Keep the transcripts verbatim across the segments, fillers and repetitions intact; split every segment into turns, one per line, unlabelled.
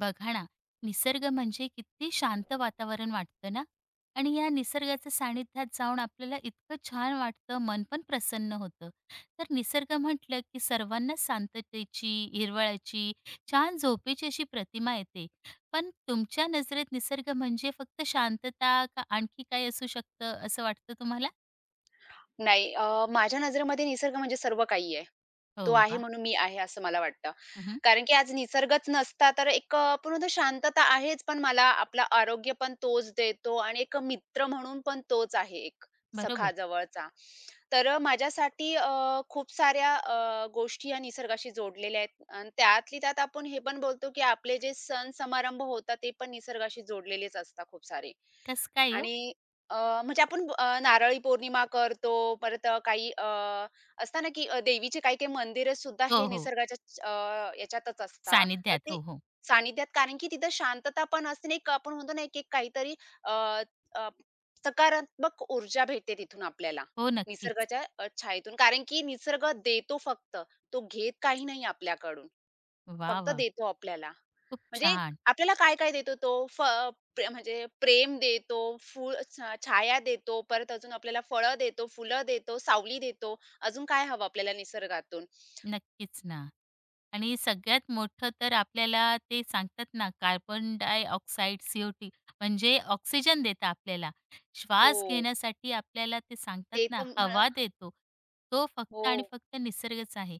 बघा ना. निसर्ग म्हणजे किती शांत वातावरण वाटतं ना. आणि या निसर्गाच्या सानिध्यात जाऊन आपल्याला इतकं छान वाटतं, मन पण प्रसन्न होतं. तर निसर्ग म्हटलं की सर्वांना शांततेची, हिरवळाची, छान झोपेची अशी प्रतिमा येते. पण तुमच्या नजरेत निसर्ग म्हणजे फक्त शांतता का आणखी काय असू शकतं असं वाटतं तुम्हाला?
नाही, अ, माझ्या नजरेमध्ये निसर्ग म्हणजे सर्व काही आहे.
हो,
तो आहे
वा.
म्हणून मी आहे असं मला वाटतं.
उहुं.
कारण की आज निसर्गच नसता तर एक अ, पूर्णतः शांतता आहेच, पण मला आपलं आरोग्य पण तोच देतो आणि एक मित्र म्हणून पण तोच आहे एक सखा
बरोबर.
जवळचा. तर अ, माझ्यासाठी अ, खूप साऱ्या अ, गोष्टी या निसर्गाशी जोडलेल्या आहेत आणि त्यातली त्यात आपण हे पण बोलतो, की आपले जे सण समारंभ होतात ते पण निसर्गाशी जोडलेलेच असतात खूप सारे.
कसं काय हो?
आणि अ, म्हणजे आपण ब- अ, नारळी पौर्णिमा करतो. परत अ, काही अ, असतं ना, की अ, देवीचे काही-काही मंदिर सुद्धा
हो,
हे
हो.
निसर्गाच्या च- अ, याच्यातच असतात. तर
सानिध्यात,
ते
हो हो
सानिध्यात, कारण की तिथं शांतता पण असते आणि एक आपण म्हणतो ना, एक एक काहीतरी अ, अ, सकारात्मक ऊर्जा भेटते तिथून आपल्याला
हो. नक्कीच.
निसर्गाच्या अ, छायेतून. कारण की निसर्ग देतो फक्त, तो घेत काही नाही आपल्याकडून.
वा
फक्त
वा.
देतो आपल्याला.
खूप
म्हणजे
छान.
आपल्याला काय-काय देतो तो? फ प्रे म्हणजे प्रेम देतो, फूल छा छाया देतो, परत अजून आपल्याला फळं देतो, फुलं देतो, सावली देतो. अजून काय हवं आपल्याला निसर्गातून?
नक्कीच ना. आणि सगळ्यात मोठं तर आपल्याला ते सांगतात ना, carbon dioxide, C O two म्हणजे ऑक्सिजन देतं आपल्याला. श्वास
हो,
घेण्यासाठी आपल्याला ते सांगतात
ते
ना,
तर म्ह
हवा देतो. तो फक्त
हो.
आणि फक्त निसर्गच आहे.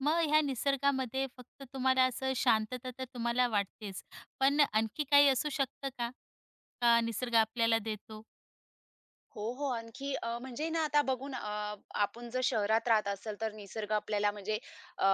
मग ह्या निसर्गामध्ये फक्त तुम्हाला असं शांतता तर तुम्हाला वाटतेच, पण आणखी काही असू शकतं का? का निसर्ग आपल्याला देतो?
हो, हो. आणखी अ, म्हणजे ना आता बघू ना. अ, आपण जर शहरात राहत असेल तर निसर्ग आपल्याला म्हणजे अ,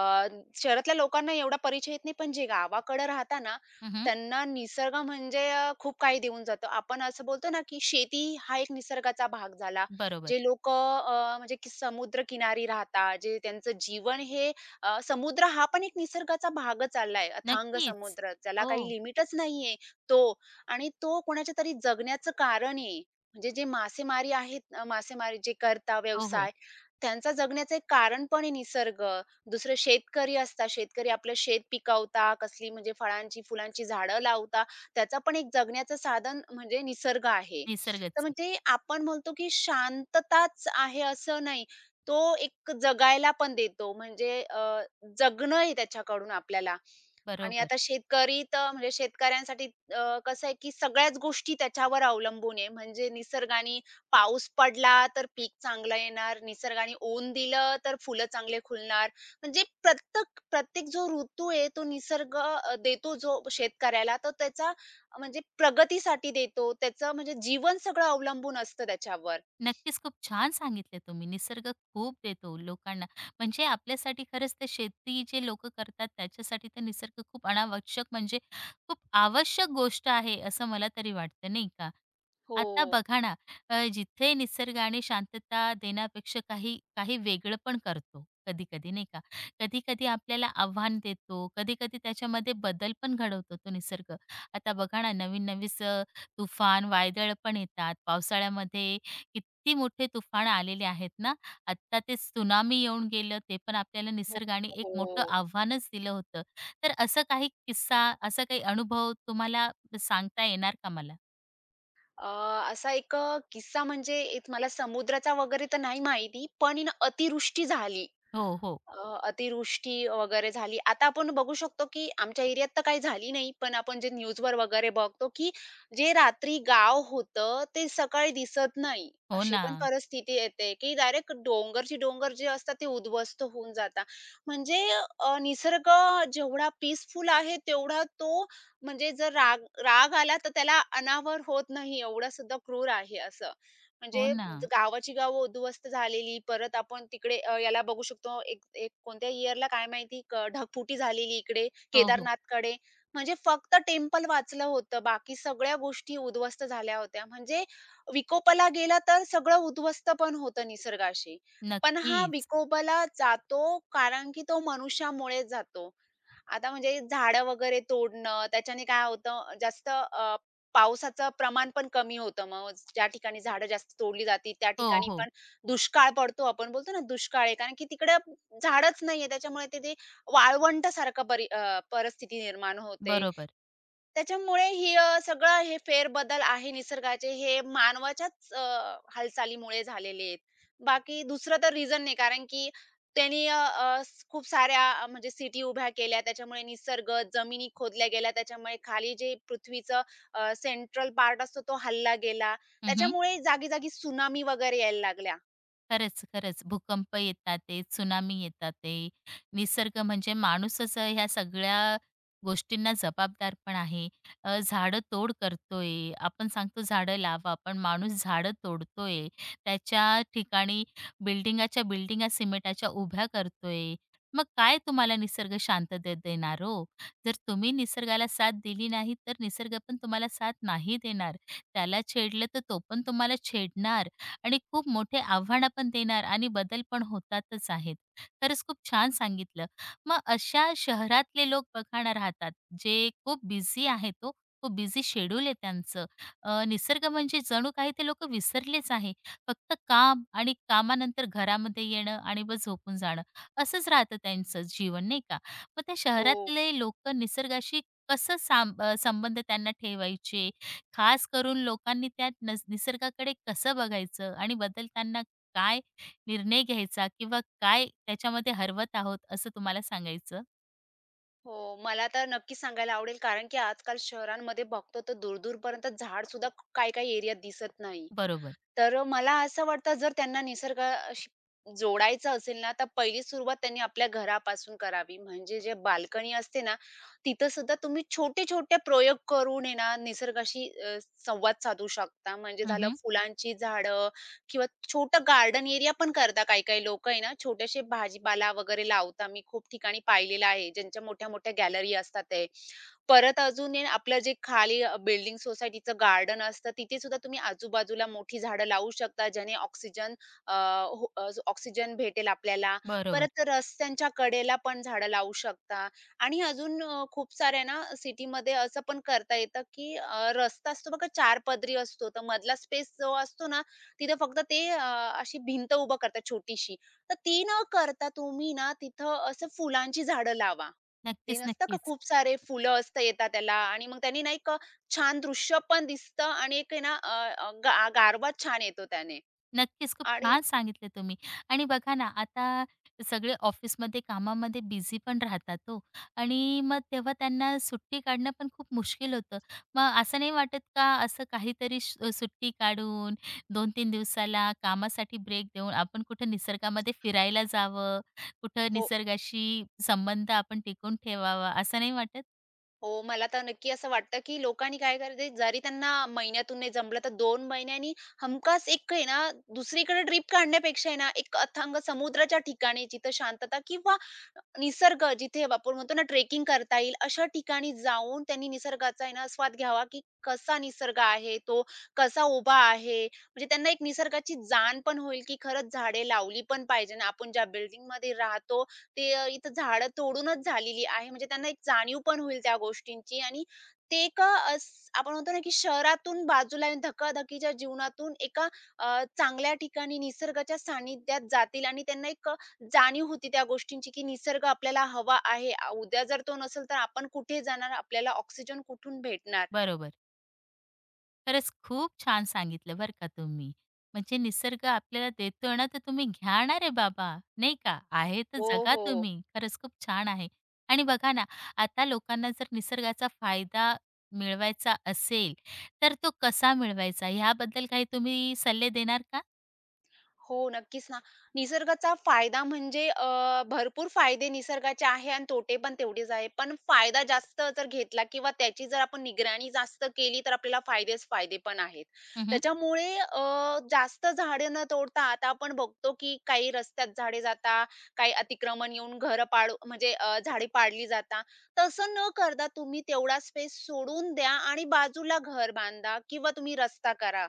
शहरातल्या लोकांना एवढा परिचय येत नाही, पण जे गावाकडे राहता ना,
हं.
त्यांना निसर्ग म्हणजे अ, खूप काही देऊन जातो. आपण असं बोलतो ना, की शेती हा एक निसर्गाचा भाग झाला.
बरोबर.
जे लोकं म्हणजे की समुद्रकिनारी राहतात, जे त्यांचं जीवन हे अ, समुद्र हा पण एक निसर्गाचा भागच चाललाय. अथांग
नक्कीच.
समुद्र, ज्याला
हो.
काही लिमिटच नाहीये. तो आणि तो कोणाच्यातरी जगण्याचं कारण आहे. म्हणजे जे मासेमारी आहेत, अ, मासेमारी जे करता
हो, हो.
व्यवसाय, त्यांचा जगण्याचं एक कारण पण आहे निसर्ग. दुसरं शेतकरी असतात. शेतकरी आपलं शेत पिकवता, कसली म्हणजे फळांची, फुलांची झाडं लावता. त्याचा पण एक जगण्याचं साधन म्हणजे निसर्ग आहे. तर
निसर्गच आहे.
म्हणजे आपण म्हणतो, की शांतताच आहे असं नाही. तो एक जगायला पण देतो. म्हणजे अ, जगणं आहे त्याच्याकडून आपल्याला. आणि
बरोबर.
आता शेतकरी तर म्हणजे शेतकऱ्यांसाठी अ, कसं आहे, की सगळ्याच गोष्टी त्याच्यावर अवलंबून आहे. म्हणजे निसर्गाने पाऊस पडला तर पीक चांगलं येणार, निसर्गाने ऊन दिलं तर फुलं चांगले खुलणार. म्हणजे प्रत्येक प्रत्येक जो ऋतू आहे तो निसर्ग अ, देतो जो शेतकऱ्याला, तर त्याचा अ, म्हणजे प्रगतीसाठी देतो. त्याचं म्हणजे जीवन सगळं अवलंबून असतं त्याच्यावर.
नक्कीच, खूप छान सांगितले तुम्ही. निसर्ग खूप देतो लोकांना. म्हणजे आपल्यासाठी खरंच ते शेती जे लोकं करतात त्याच्यासाठी तर निसर्ग खूप अनावश्यक म्हणजे खूप आवश्यक गोष्ट आहे, असं मला तरी वाटतं, नाही का?
हो.
आता बघा ना. अ, जिथे निसर्गाने शांतता देण्यापेक्षा काही काही वेगळं पण करतो कधी-कधी, नाही का? कधी-कधी आपल्याला आव्हान देतो, कधी-कधी त्याच्यामध्ये बदल पण घडवतो तो निसर्ग. आता बघा ना, नवीन-नवीन तुफान, वादळ पण येतात. पावसाळ्यामध्ये किती मोठे तुफान आलेले आहेत ना. आत्ता ते त्सुनामी येऊन गेलं, ते पण आपल्याला
हो,
निसर्गाने एक मोठं
हो.
आव्हानच दिलं होतं. तर असं काही किस्सा, असा काही अनुभव तुम्हाला सांगता येणार का मला?
अ, असा एक अ, किस्सा, म्हणजे एक मला समुद्राचा वगैरे तर नाही माहिती, पण इन ना अतिवृष्टी झाली.
हो, हो.
अ, अतिवृष्टी वगैरे झाली. आता आपण बघू शकतो, की आमच्या एरियात तर काही झाली नाही. पण आपण जे न्यूजवर वगैरे बघतो, की जे रात्री गाव होतं, ते सकाळी दिसत नाही.
हो
अशी
ना.
पण परिस्थिती येते, की डायरेक्ट डोंगरचे डोंगर जे असतात, ते उद्ध्वस्त होऊन जातात. म्हणजे अ, निसर्ग जेवढा पीसफुल आहे, तेवढा तो म्हणजे जर राग राग आला, तर त्याला अनावर होत नाही. एवढा सुद्धा क्रूर आहे असं.
हो
म्हणजे
ना.
ज- गावाची गावं उद्ध्वस्त झालेली. परत आपण तिकडे अ, याला बघू शकतो, एक एक कोणत्या इयरला काय माहिती क ढगफुटी झालेली इकडे
हो, हो.
केदारनाथकडे. म्हणजे फक्त टेम्पल वाचलं होतं. बाकी सगळ्या गोष्टी उद्ध्वस्त झाल्या होत्या. म्हणजे विकोपाला गेला तर सगळं उद्ध्वस्त पण होतं निसर्गाशी. पण हा
नक्कीच.
विकोपाला जातो कारण की तो मनुष्यामुळेच जातो. आता म्हणजे झाडं वगैरे तोडणं, त्याच्याने काय होतं, जास्त पावसाचं प्रमाण पण कमी होतं. मग ज्या ठिकाणी झाडं जास्त तोडली जाती, त्या
हो,
ठिकाणी
हो.
पण दुष्काळ पडतो. आपण बोलतो ना, दुष्काळ आहे. कारण की तिकडं झाडच नाहीये. त्याच्यामुळे तिथे वाळवंटासारखं परी अ, परिस्थिती निर्माण होते.
बरोबर.
त्याच्यामुळे ही अ, सगळं हे फेरबदल आहे निसर्गाचे, हे मानवाच्याच अ, हालचालीमुळे झालेले आहेत. बाकी दुसरं तर रिझन नाही, कारण की त्यांनी अ, अ, स खूप साऱ्या अ, म्हणजे सिटी उभ्या केल्या. त्याच्यामुळे निसर्ग, जमिनी खोदल्या गेल्या. त्याच्यामुळे खाली जे पृथ्वीचं अ, सेंट्रल पार्ट असतो तो हलला गेला.
हं.
त्याच्यामुळे जागी-जागी त्सुनामी वगैरे यायला लागल्या.
खरंच, खरंच. भूकंप येतात ते, त्सुनामी येतात ते. निसर्ग म्हणजे माणूसच ह्या सगळ्या गोष्टींना जबाबदार पण आहे. अ, झाडं तोड करतोय. आपण सांगतो झाडं लावा, पण माणूस झाडं तोडतोय. त्याच्या ठिकाणी बिल्डिंगाच्या बिल्डिंगा सिमेंटाच्या उभ्या करतोय. मग काय तुम्हाला निसर्ग शांतता देणार हो? जर तुम्ही निसर्गाला साथ दिली नाही, तर निसर्ग पण तुम्हाला साथ नाही देणार. त्याला छेडलं तर तो पण तुम्हाला छेडणार. आणि खूप मोठे आव्हानं पण देणार आणि बदल पण होतातच आहेत. खरंच खूप छान सांगितलं. मग अशा शहरातले लोक बघा ना राहतात, जे खूप बिझी आहेत ओ. खूप बिझी शेड्यूल आहे त्यांचं. अ, निसर्ग म्हणजे जणू काही ते लोकं विसरलेच आहे. फक्त काम आणि कामानंतर घरामध्ये येणं आणि मग झोपून जाणं, असंच राहतं त्यांचं जीवन नाही का? मग त्या
हो.
शहरातले लोकं निसर्गाशी कसं साम अ, संबंध त्यांना ठेवायचे? खास करून लोकांनी त्यात नस निसर्गाकडे कसं बघायचं आणि बदलताना काय निर्णय घ्यायचा किंवा काय त्याच्यामध्ये हरवत आहोत असं तुम्हाला सांगायचं.
हो, मला तर नक्कीच सांगायला आवडेल, कारण की आजकाल शहरांमध्ये बघतो तर दूर-दूरपर्यंत झाडसुद्धा काही-काही एरियात दिसत नाही.
बरोबर.
तर मला असं वाटतं, जर त्यांना निसर्गाशी जोडायचं असेल ना, तर पहिली सुरुवात त्यांनी आपल्या घरापासून करावी. म्हणजे जे बाल्कनी असते ना, तिथं सुद्धा तुम्ही छोटे-छोटे प्रयोग करून आहे ना, निसर्गाशी अ, संवाद साधू शकता. म्हणजे
हं,
झालं
हं.
फुलांची झाडं किंवा छोटं गार्डन एरिया पण करता. काही-काही लोकं आहे ना, छोटेसे भाजीपाला वगैरे लावता. मी खूप ठिकाणी पाहिलेलं आहे, ज्यांच्या मोठ्या-मोठ्या गॅलरी असतात ते. परत अजून आहे ना, आपलं जे खाली अ, बिल्डिंग सोसायटीचं गार्डन असतं तिथे सुद्धा तुम्ही आजूबाजूला मोठी झाडं लावू शकता, ज्याने ऑक्सिजन, अ, हो अ, ऑक्सिजन भेटेल आपल्याला.
बरोबर.
परत रस्त्यांच्या कडेला पण झाडं लावू शकता आणि अजून अ, खूप साऱ्या ना सिटीमध्ये असं पण करता येतं, की अ, रस्ता असतो बघा चार पदरी असतो, तर मधला स्पेस जो असतो ना, तिथं फक्त ते अ, अशी भिंत उभं करतात छोटीशी. तर ती न करता तुम्ही ना तिथं असं फुलांची झाडं लावा. ते
नक्कीच,
नसतं का,
नक्कीच.
खूप सारे फुलं असतं येतात त्याला आणि मग त्यांनी ना एक अ, छान दृश्य पण दिसतं आणि एक आहे ना, अ, अ, गा गारवा छान येतो त्याने.
नक्कीच, खूप
आणि
छान सांगितलं तुम्ही. आणि बघा ना, आता सगळे ऑफिसमध्ये कामामध्ये बिझी पण राहतात हो आणि मग तेव्हा त्यांना सुट्टी काढणं पण खूप मुश्किल होतं. मग असं नाही वाटत का, असं काहीतरी सु सुट्टी काढून दोन तीन दिवसाला कामासाठी ब्रेक देऊन आपण कुठं निसर्गामध्ये फिरायला जावं, कुठं
हो.
निसर्गाशी संबंध आपण टिकून ठेवावा, असं नाही वाटत?
हो, मला तर नक्की असं वाटतं, की लोकांनी काय करायचं, जरी त्यांना महिन्यातून नाही जमलं, तर दोन महिन्यांनी हमखास एक आहे ना, दुसरीकडे ट्रिप काढण्यापेक्षा आहे ना, एक अथांग समुद्राच्या ठिकाणी जिथं शांतता, किंवा निसर्ग जिथे आपण म्हणतो ना, ट्रेकिंग करता येईल, अशा ठिकाणी जाऊन त्यांनी निसर्गाचा आहे ना आस्वाद घ्यावा, की कसा निसर्ग आहे तो, कसा उभा आहे. म्हणजे त्यांना एक निसर्गाची जाण पण होईल, की खरंच झाडे लावली पण पाहिजे आणि आपण ज्या बिल्डिंगमध्ये राहतो ते अ, इथं झाडं तोडूनच झालेली आहे. म्हणजे त्यांना एक जाणीव पण होईल त्या गोष्टींची आणि ते एक अ, अस आपण म्हणतो ना, की शहरातून बाजूला येऊन धकाधकीच्या जीवनातून एका अ, चांगल्या ठिकाणी निसर्गाच्या सानिध्यात जातील आणि त्यांना एक अ, जाणीव होती त्या गोष्टींची, की निसर्ग आपल्याला हवा आहे. आ, उद्या जर तो नसेल तर आपण कुठे जाणार? आपल्याला ऑक्सिजन कुठून भेटणार?
बरोबर. खरंच खूप छान सांगितलं बरं का तुम्ही. म्हणजे निसर्ग आपल्याला देतोय ना, तर तुम्ही घ्या ना रे बाबा, नाही का? आहे तर
हो,
जगा
हो.
तुम्ही. खरंच खूप छान आहे. आणि बघा ना, आता लोकांना जर निसर्गाचा फायदा मिळवायचा असेल, तर तो कसा मिळवायचा ह्याबद्दल काही तुम्ही सल्ले देणार का?
हो, नक्कीच ना. निसर्गाचा फायदा म्हणजे अ, भरपूर फायदे निसर्गाचे आहे आणि तोटे पण तेवढेच आहे. पण फायदा जास्त जर घेतला किंवा त्याची जर आपण निगराणी जास्त केली तर आपल्याला फायदेच फायदे पण आहेत. त्याच्यामुळे अ, जास्त झाडे न तोडता, आता आपण बघतो की काही रस्त्यात झाडे जातात, काही अतिक्रमण येऊन घरं पाड म्हणजे अ, झाडे पाडली जातात. तसं न करता तुम्ही तेवढा स्पेस सोडून द्या आणि बाजूला घर बांधा किंवा तुम्ही रस्ता करा.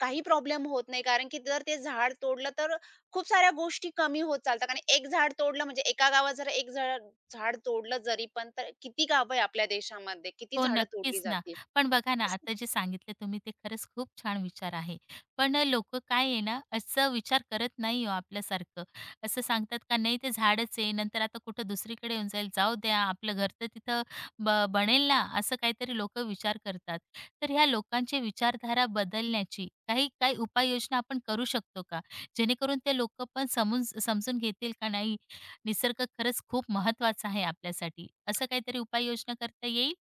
काही प्रॉब्लेम होत नाही. कारण की जर ते झाड तोडलं तर खूप साऱ्या गोष्टी कमी होत चालतात. कारण एक झाड तोडलं, म्हणजे एका गावात जर एक झाड झाड तोडलं जरी पण, तर किती गावं आहे आपल्या देशामध्ये? किती
हो,
झाडं तोडली
नक्कीच ना.
जातील?
पण बघा ना, आता जे सांगितलं तुम्ही ते खरंच खूप छान विचार आहे. पण लोक लोकं काय आहे ना, असं विचार करत नाही हो आपल्यासारखं. असं सांगतात का नाही ते झाडच आहे, नंतर आता कुठं दुसरीकडे येऊन जाईल, जाऊ द्या आपलं घर तर तिथं ब बनेल ना, असं काहीतरी लोकं विचार करतात. तर ह्या लोकांची विचारधारा बदलण्याची काही काही उपाययोजना आपण करू शकतो का? जेणेकरून ते लोकं पण समून समजून घेतील का नाही, निसर्ग खरंच खूप महत्त्वाचा आहे आपल्यासाठी. असं काहीतरी उपाययोजना करता येईल?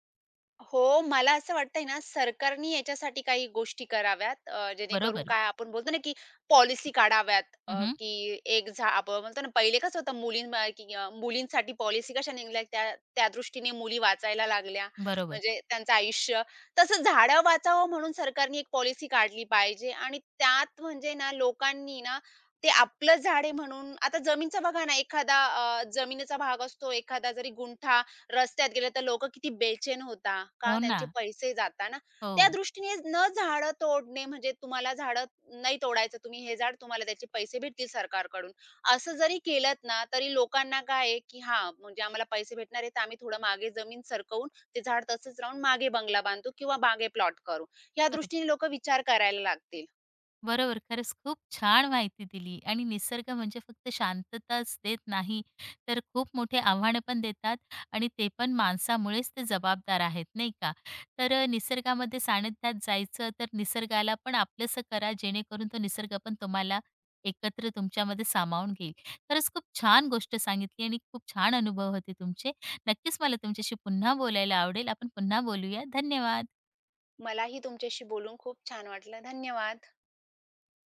हो, मला असं वाटतंय ना, सरकारनी याच्यासाठी काही गोष्टी कराव्यात, अ, जेणेकरून
बरोबर.
काय आपण बोलतो ना, की पॉलिसी काढाव्यात. अ,
उहुं.
की एक झा आपण म्हणतो ना, पहिले कसं होतं मुलीं की अ, मुलींसाठी पॉलिसी कशा निघाल्या, त्या त्या दृष्टीने मुली वाचायला लागल्या.
बरोबर.
म्हणजे त्यांचं आयुष्य, तसं झाडं वाचावं म्हणून सरकारने एक पॉलिसी काढली पाहिजे आणि त्यात म्हणजे ना, लोकांनी ना, ते आपलं झाड आहे म्हणून, आता जमीनचा बघा ना, एखादा अ, जमिनीचा भाग असतो, एखादा जरी गुंठा रस्त्यात गेले तर लोकं किती बेचैन होता. का?
हो ना.
त्यांचे पैसे जाता ना. त्या
हो.
दृष्टीने न झाडं तोडणे, म्हणजे तुम्हाला झाडं नाही तोडायचं. तुम्ही हे झाड, तुम्हाला त्याचे पैसे भेटतील सरकारकडून. असं जरी केलत ना, तरी लोकांना काय आहे, की हां, म्हणजे आम्हाला पैसे भेटणार आहेत, तर आम्ही थोडं मागे जमीन सरकवून ते झाड तसंच राहून मागे बंगला बांधू किंवा मागे प्लॉट करू. या
बरोबर.
दृष्टीने लोकं विचार करायला लागतील.
बरोबर. खरंच खूप छान माहिती दिली आणि निसर्ग म्हणजे फक्त शांतताच देत नाही, तर खूप मोठे आव्हानं पण देतात आणि ते पण माणसामुळेच ते जबाबदार आहेत, नाही का? तर अ, निसर्गामध्ये सानिध्यात जायचं, तर निसर्गाला पण आपलंसं करा, जेणेकरून तो निसर्ग पण तुम्हाला एकत्र तुमच्यामध्ये सामावून घेईल. खरंच खूप छान गोष्ट सांगितली आणि खूप छान अनुभव होते तुमचे. नक्कीच मला तुमच्याशी पुन्हा बोलायला आवडेल. आपण पुन्हा बोलूया. धन्यवाद.
मलाही तुमच्याशी बोलून खूप छान वाटलं. धन्यवाद.